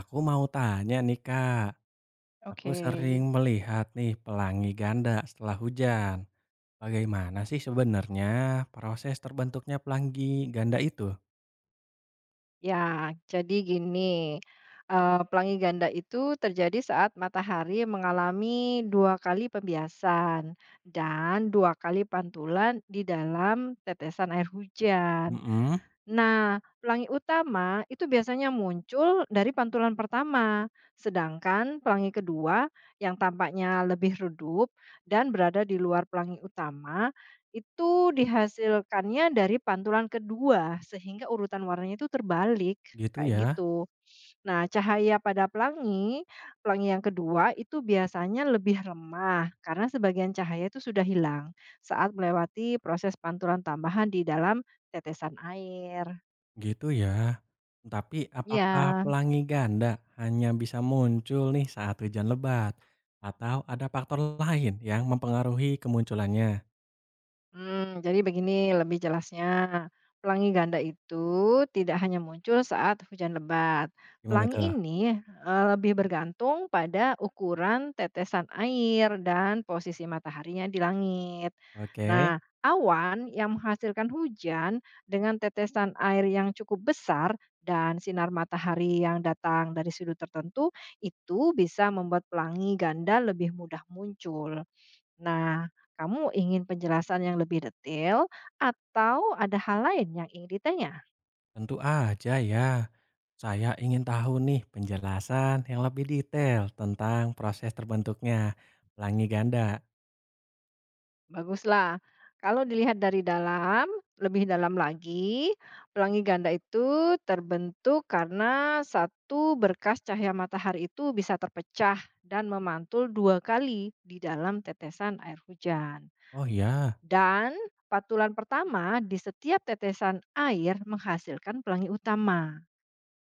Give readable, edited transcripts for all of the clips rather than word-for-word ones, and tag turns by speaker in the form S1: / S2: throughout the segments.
S1: Aku mau tanya nih Kak, aku
S2: Oke,
S1: sering melihat nih pelangi ganda setelah hujan. Bagaimana sih sebenarnya proses terbentuknya pelangi ganda itu?
S2: ya, jadi gini, pelangi ganda itu terjadi saat matahari mengalami 2 kali pembiasan dan 2 kali pantulan di dalam tetesan air hujan.
S1: Mm-mm.
S2: Nah, pelangi utama itu biasanya muncul dari pantulan pertama, sedangkan pelangi kedua yang tampaknya lebih redup dan berada di luar pelangi utama itu dihasilkannya dari pantulan kedua sehingga urutan warnanya itu terbalik
S1: Gitu
S2: kayak
S1: ya,
S2: gitu. Nah, cahaya pada pelangi yang kedua itu biasanya lebih lemah karena sebagian cahaya itu sudah hilang saat melewati proses pantulan tambahan di dalam tetesan air.
S1: gitu ya. Tapi apakah
S2: Ya.
S1: pelangi ganda hanya bisa muncul nih saat hujan lebat? Atau ada faktor lain yang mempengaruhi kemunculannya?
S2: Jadi begini, lebih jelasnya, pelangi ganda itu tidak hanya muncul saat hujan lebat.
S1: Gimana
S2: Pelangi
S1: tuh?
S2: ini, lebih bergantung pada ukuran tetesan air dan posisi mataharinya di langit.
S1: Oke.
S2: Nah, awan yang menghasilkan hujan dengan tetesan air yang cukup besar dan sinar matahari yang datang dari sudut tertentu, itu bisa membuat pelangi ganda lebih mudah muncul. Nah, kamu ingin penjelasan yang lebih detail atau ada hal lain yang ingin ditanya?
S1: Tentu aja ya. Saya ingin tahu nih penjelasan yang lebih detail tentang proses terbentuknya pelangi ganda.
S2: Baguslah. Kalau dilihat dari dalam, lebih dalam lagi, pelangi ganda itu terbentuk karena satu berkas cahaya matahari itu bisa terpecah dan memantul dua kali di dalam tetesan air hujan.
S1: Oh iya,
S2: Dan patulan pertama di setiap tetesan air menghasilkan pelangi utama.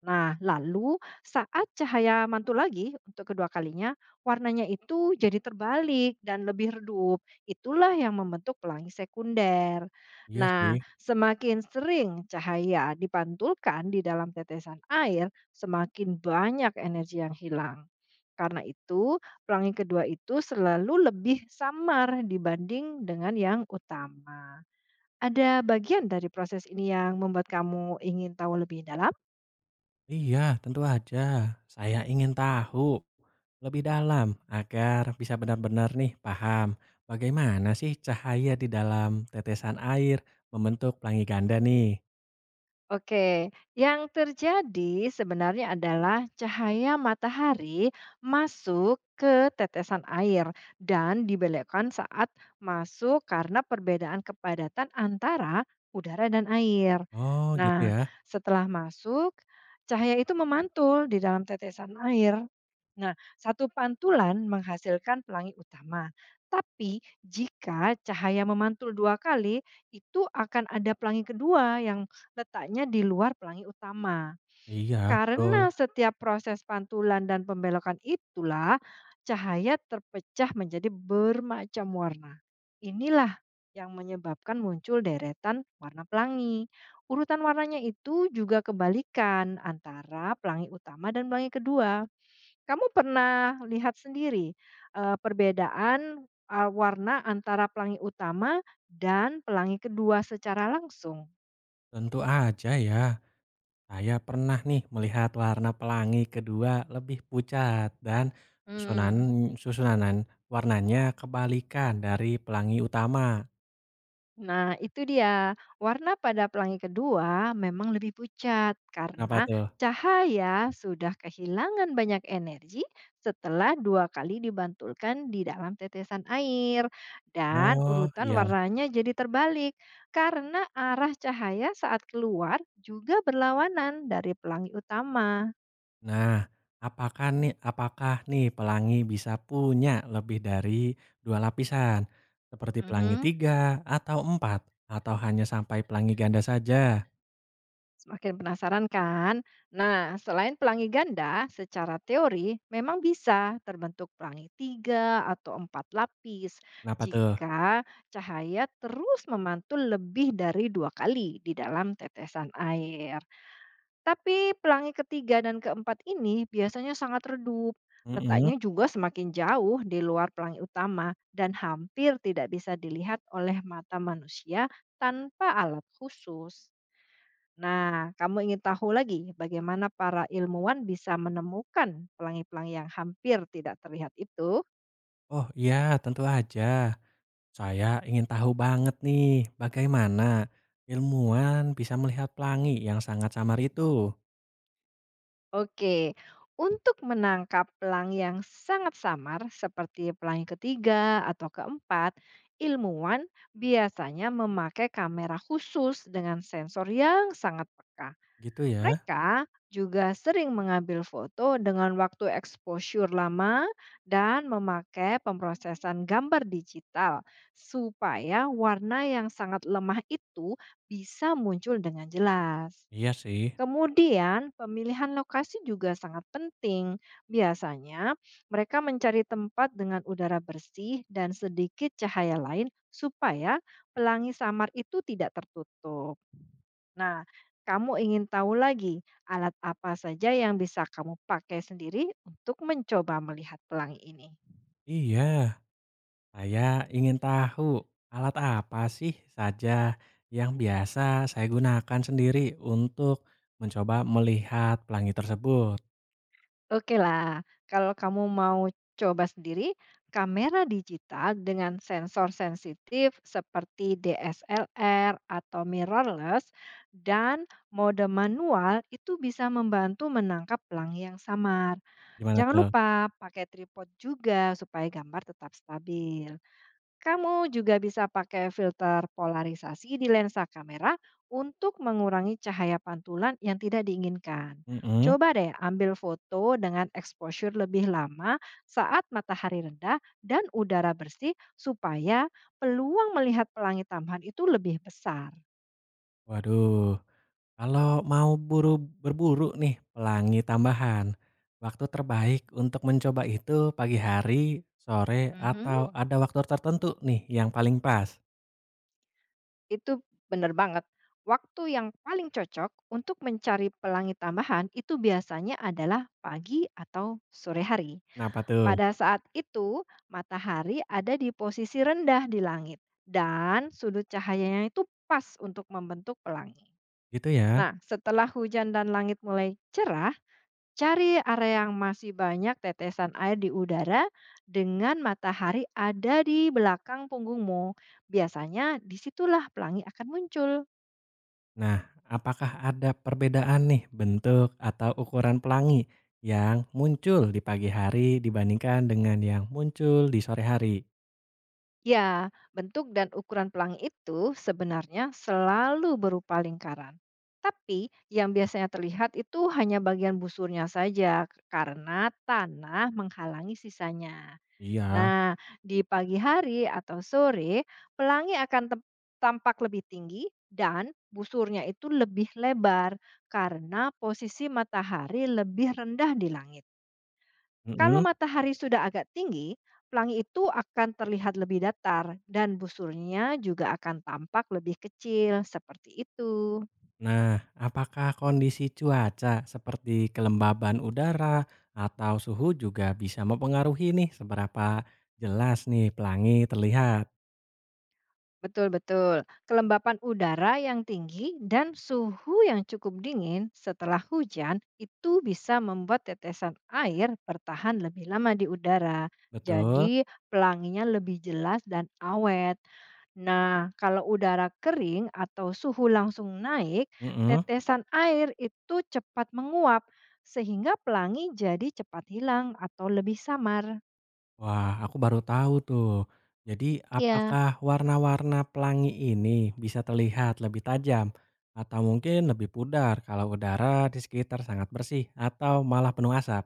S2: Nah, lalu saat cahaya mantul lagi untuk kedua kalinya, warnanya itu jadi terbalik dan lebih redup. Itulah yang membentuk pelangi sekunder.
S1: iya
S2: Nah,
S1: sih.
S2: semakin sering cahaya dipantulkan di dalam tetesan air, semakin banyak energi yang hilang. Karena itu, pelangi kedua itu selalu lebih samar dibanding dengan yang utama. Ada bagian dari proses ini yang membuat kamu ingin tahu lebih dalam?
S1: Iya, tentu aja. Saya ingin tahu lebih dalam agar bisa benar-benar nih paham bagaimana sih cahaya di dalam tetesan air membentuk pelangi ganda nih.
S2: Oke, yang terjadi sebenarnya adalah cahaya matahari masuk ke tetesan air dan dibelokkan saat masuk karena perbedaan kepadatan antara udara dan air.
S1: Oh gitu
S2: Nah,
S1: ya.
S2: setelah masuk, cahaya itu memantul di dalam tetesan air. Nah, satu pantulan menghasilkan pelangi utama. Tapi jika cahaya memantul dua kali, itu akan ada pelangi kedua yang letaknya di luar pelangi utama.
S1: Iya, betul.
S2: Karena setiap proses pantulan dan pembelokan itulah cahaya terpecah menjadi bermacam warna. Inilah yang menyebabkan muncul deretan warna pelangi. Urutan warnanya itu juga kebalikan antara pelangi utama dan pelangi kedua. Kamu pernah lihat sendiri perbedaan, warna antara pelangi utama dan pelangi kedua secara langsung?
S1: Tentu aja ya. Saya pernah nih melihat warna pelangi kedua lebih pucat dan susunan
S2: Hmm.
S1: susunanan warnanya kebalikan dari pelangi utama.
S2: Nah, itu dia. Warna pada pelangi kedua memang lebih pucat
S1: Kenapa
S2: karena
S1: tuh?
S2: cahaya sudah kehilangan banyak energi setelah dua kali dibantulkan di dalam tetesan air. Dan
S1: Oh,
S2: urutan
S1: iya.
S2: warnanya jadi terbalik karena arah cahaya saat keluar juga berlawanan dari pelangi utama.
S1: Nah, apakah nih pelangi bisa punya lebih dari dua lapisan? Seperti pelangi
S2: Mhm.
S1: tiga atau empat? Atau hanya sampai pelangi ganda saja?
S2: Semakin penasaran, kan? Nah, selain pelangi ganda, secara teori memang bisa terbentuk pelangi tiga atau empat lapis
S1: Kenapa tuh?
S2: jika cahaya terus memantul lebih dari dua kali di dalam tetesan air. Tapi pelangi ketiga dan keempat ini biasanya sangat redup.
S1: Mm-mm.
S2: Letaknya juga semakin jauh di luar pelangi utama dan hampir tidak bisa dilihat oleh mata manusia tanpa alat khusus. Nah, kamu ingin tahu lagi bagaimana para ilmuwan bisa menemukan pelangi-pelangi yang hampir tidak terlihat itu?
S1: Oh iya, tentu aja. Saya ingin tahu banget nih, bagaimana ilmuwan bisa melihat pelangi yang sangat samar itu?
S2: Oke, untuk menangkap pelangi yang sangat samar seperti pelangi ketiga atau keempat, ilmuwan biasanya memakai kamera khusus dengan sensor yang sangat peka.
S1: Gitu ya?
S2: Mereka juga sering mengambil foto dengan waktu eksposur lama dan memakai pemrosesan gambar digital supaya warna yang sangat lemah itu bisa muncul dengan jelas.
S1: Iya sih.
S2: Kemudian, pemilihan lokasi juga sangat penting. Biasanya, mereka mencari tempat dengan udara bersih dan sedikit cahaya lain supaya pelangi samar itu tidak tertutup. Nah, kamu ingin tahu lagi alat apa saja yang bisa kamu pakai sendiri untuk mencoba melihat pelangi ini?
S1: Iya, saya ingin tahu alat apa sih saja yang biasa saya gunakan sendiri untuk mencoba melihat pelangi tersebut.
S2: Oke lah, kalau kamu mau coba sendiri, kamera digital dengan sensor sensitif seperti DSLR atau mirrorless dan mode manual itu bisa membantu menangkap pelangi yang samar.
S1: Gimana
S2: Jangan
S1: tuh?
S2: lupa pakai tripod juga supaya gambar tetap stabil. Kamu juga bisa pakai filter polarisasi di lensa kamera untuk mengurangi cahaya pantulan yang tidak diinginkan.
S1: Mhm.
S2: Coba deh ambil foto dengan exposure lebih lama saat matahari rendah dan udara bersih supaya peluang melihat pelangi tambahan itu lebih besar.
S1: Waduh. Kalau mau berburu nih pelangi tambahan, waktu terbaik untuk mencoba itu pagi hari, sore,
S2: Mhm.
S1: atau ada waktu tertentu nih yang paling pas?
S2: Itu benar banget. Waktu yang paling cocok untuk mencari pelangi tambahan itu biasanya adalah pagi atau sore hari.
S1: Kenapa tuh?
S2: Pada saat itu, matahari ada di posisi rendah di langit dan sudut cahayanya itu pas untuk membentuk pelangi.
S1: Gitu ya.
S2: Nah, setelah hujan dan langit mulai cerah, cari area yang masih banyak tetesan air di udara dengan matahari ada di belakang punggungmu. Biasanya disitulah pelangi akan muncul.
S1: Nah, apakah ada perbedaan nih bentuk atau ukuran pelangi yang muncul di pagi hari dibandingkan dengan yang muncul di sore hari?
S2: Ya, bentuk dan ukuran pelangi itu sebenarnya selalu berupa lingkaran. Tapi yang biasanya terlihat itu hanya bagian busurnya saja karena tanah menghalangi sisanya.
S1: Iya.
S2: Nah, di pagi hari atau sore, pelangi akan tampak lebih tinggi dan busurnya itu lebih lebar karena posisi matahari lebih rendah di langit. Kalau
S1: Mhm.
S2: matahari sudah agak tinggi, pelangi itu akan terlihat lebih datar dan busurnya juga akan tampak lebih kecil, seperti itu.
S1: Nah, apakah kondisi cuaca seperti kelembaban udara atau suhu juga bisa mempengaruhi nih seberapa jelas nih pelangi terlihat?
S2: Betul, betul. Kelembapan udara yang tinggi dan suhu yang cukup dingin setelah hujan itu bisa membuat tetesan air bertahan lebih lama di udara.
S1: Betul?
S2: Jadi, pelanginya lebih jelas dan awet. Nah, kalau udara kering atau suhu langsung naik,
S1: Mm-mm.
S2: tetesan air itu cepat menguap, sehingga pelangi jadi cepat hilang atau lebih samar.
S1: Wah, aku baru tahu tuh. Jadi,
S2: Ya,
S1: apakah warna-warna pelangi ini bisa terlihat lebih tajam atau mungkin lebih pudar kalau udara di sekitar sangat bersih atau malah penuh asap?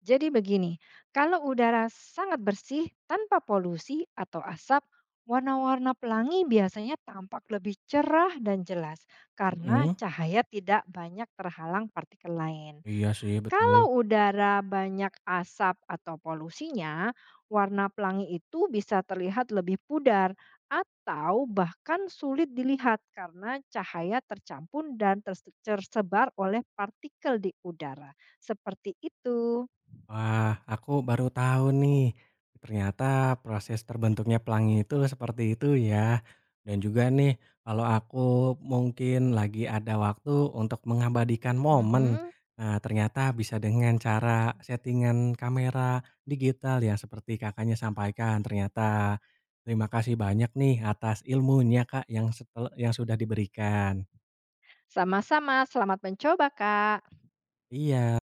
S2: jadi begini, kalau udara sangat bersih tanpa polusi atau asap, warna-warna pelangi biasanya tampak lebih cerah dan jelas karena
S1: Mm-mm.
S2: cahaya tidak banyak terhalang partikel lain.
S1: Iya sih, betul.
S2: Kalau udara banyak asap atau polusinya, warna pelangi itu bisa terlihat lebih pudar atau bahkan sulit dilihat karena cahaya tercampur dan tersebar oleh partikel di udara. Seperti itu.
S1: Wah, aku baru tahu nih. Ternyata proses terbentuknya pelangi itu seperti itu ya. Dan juga nih, kalau aku mungkin lagi ada waktu untuk mengabadikan momen,
S2: Mhm.
S1: nah ternyata bisa dengan cara settingan kamera digital yang seperti kakaknya sampaikan. Ternyata terima kasih banyak nih atas ilmunya kak yang sudah diberikan.
S2: Sama-sama, selamat mencoba, Kak.
S1: Iya.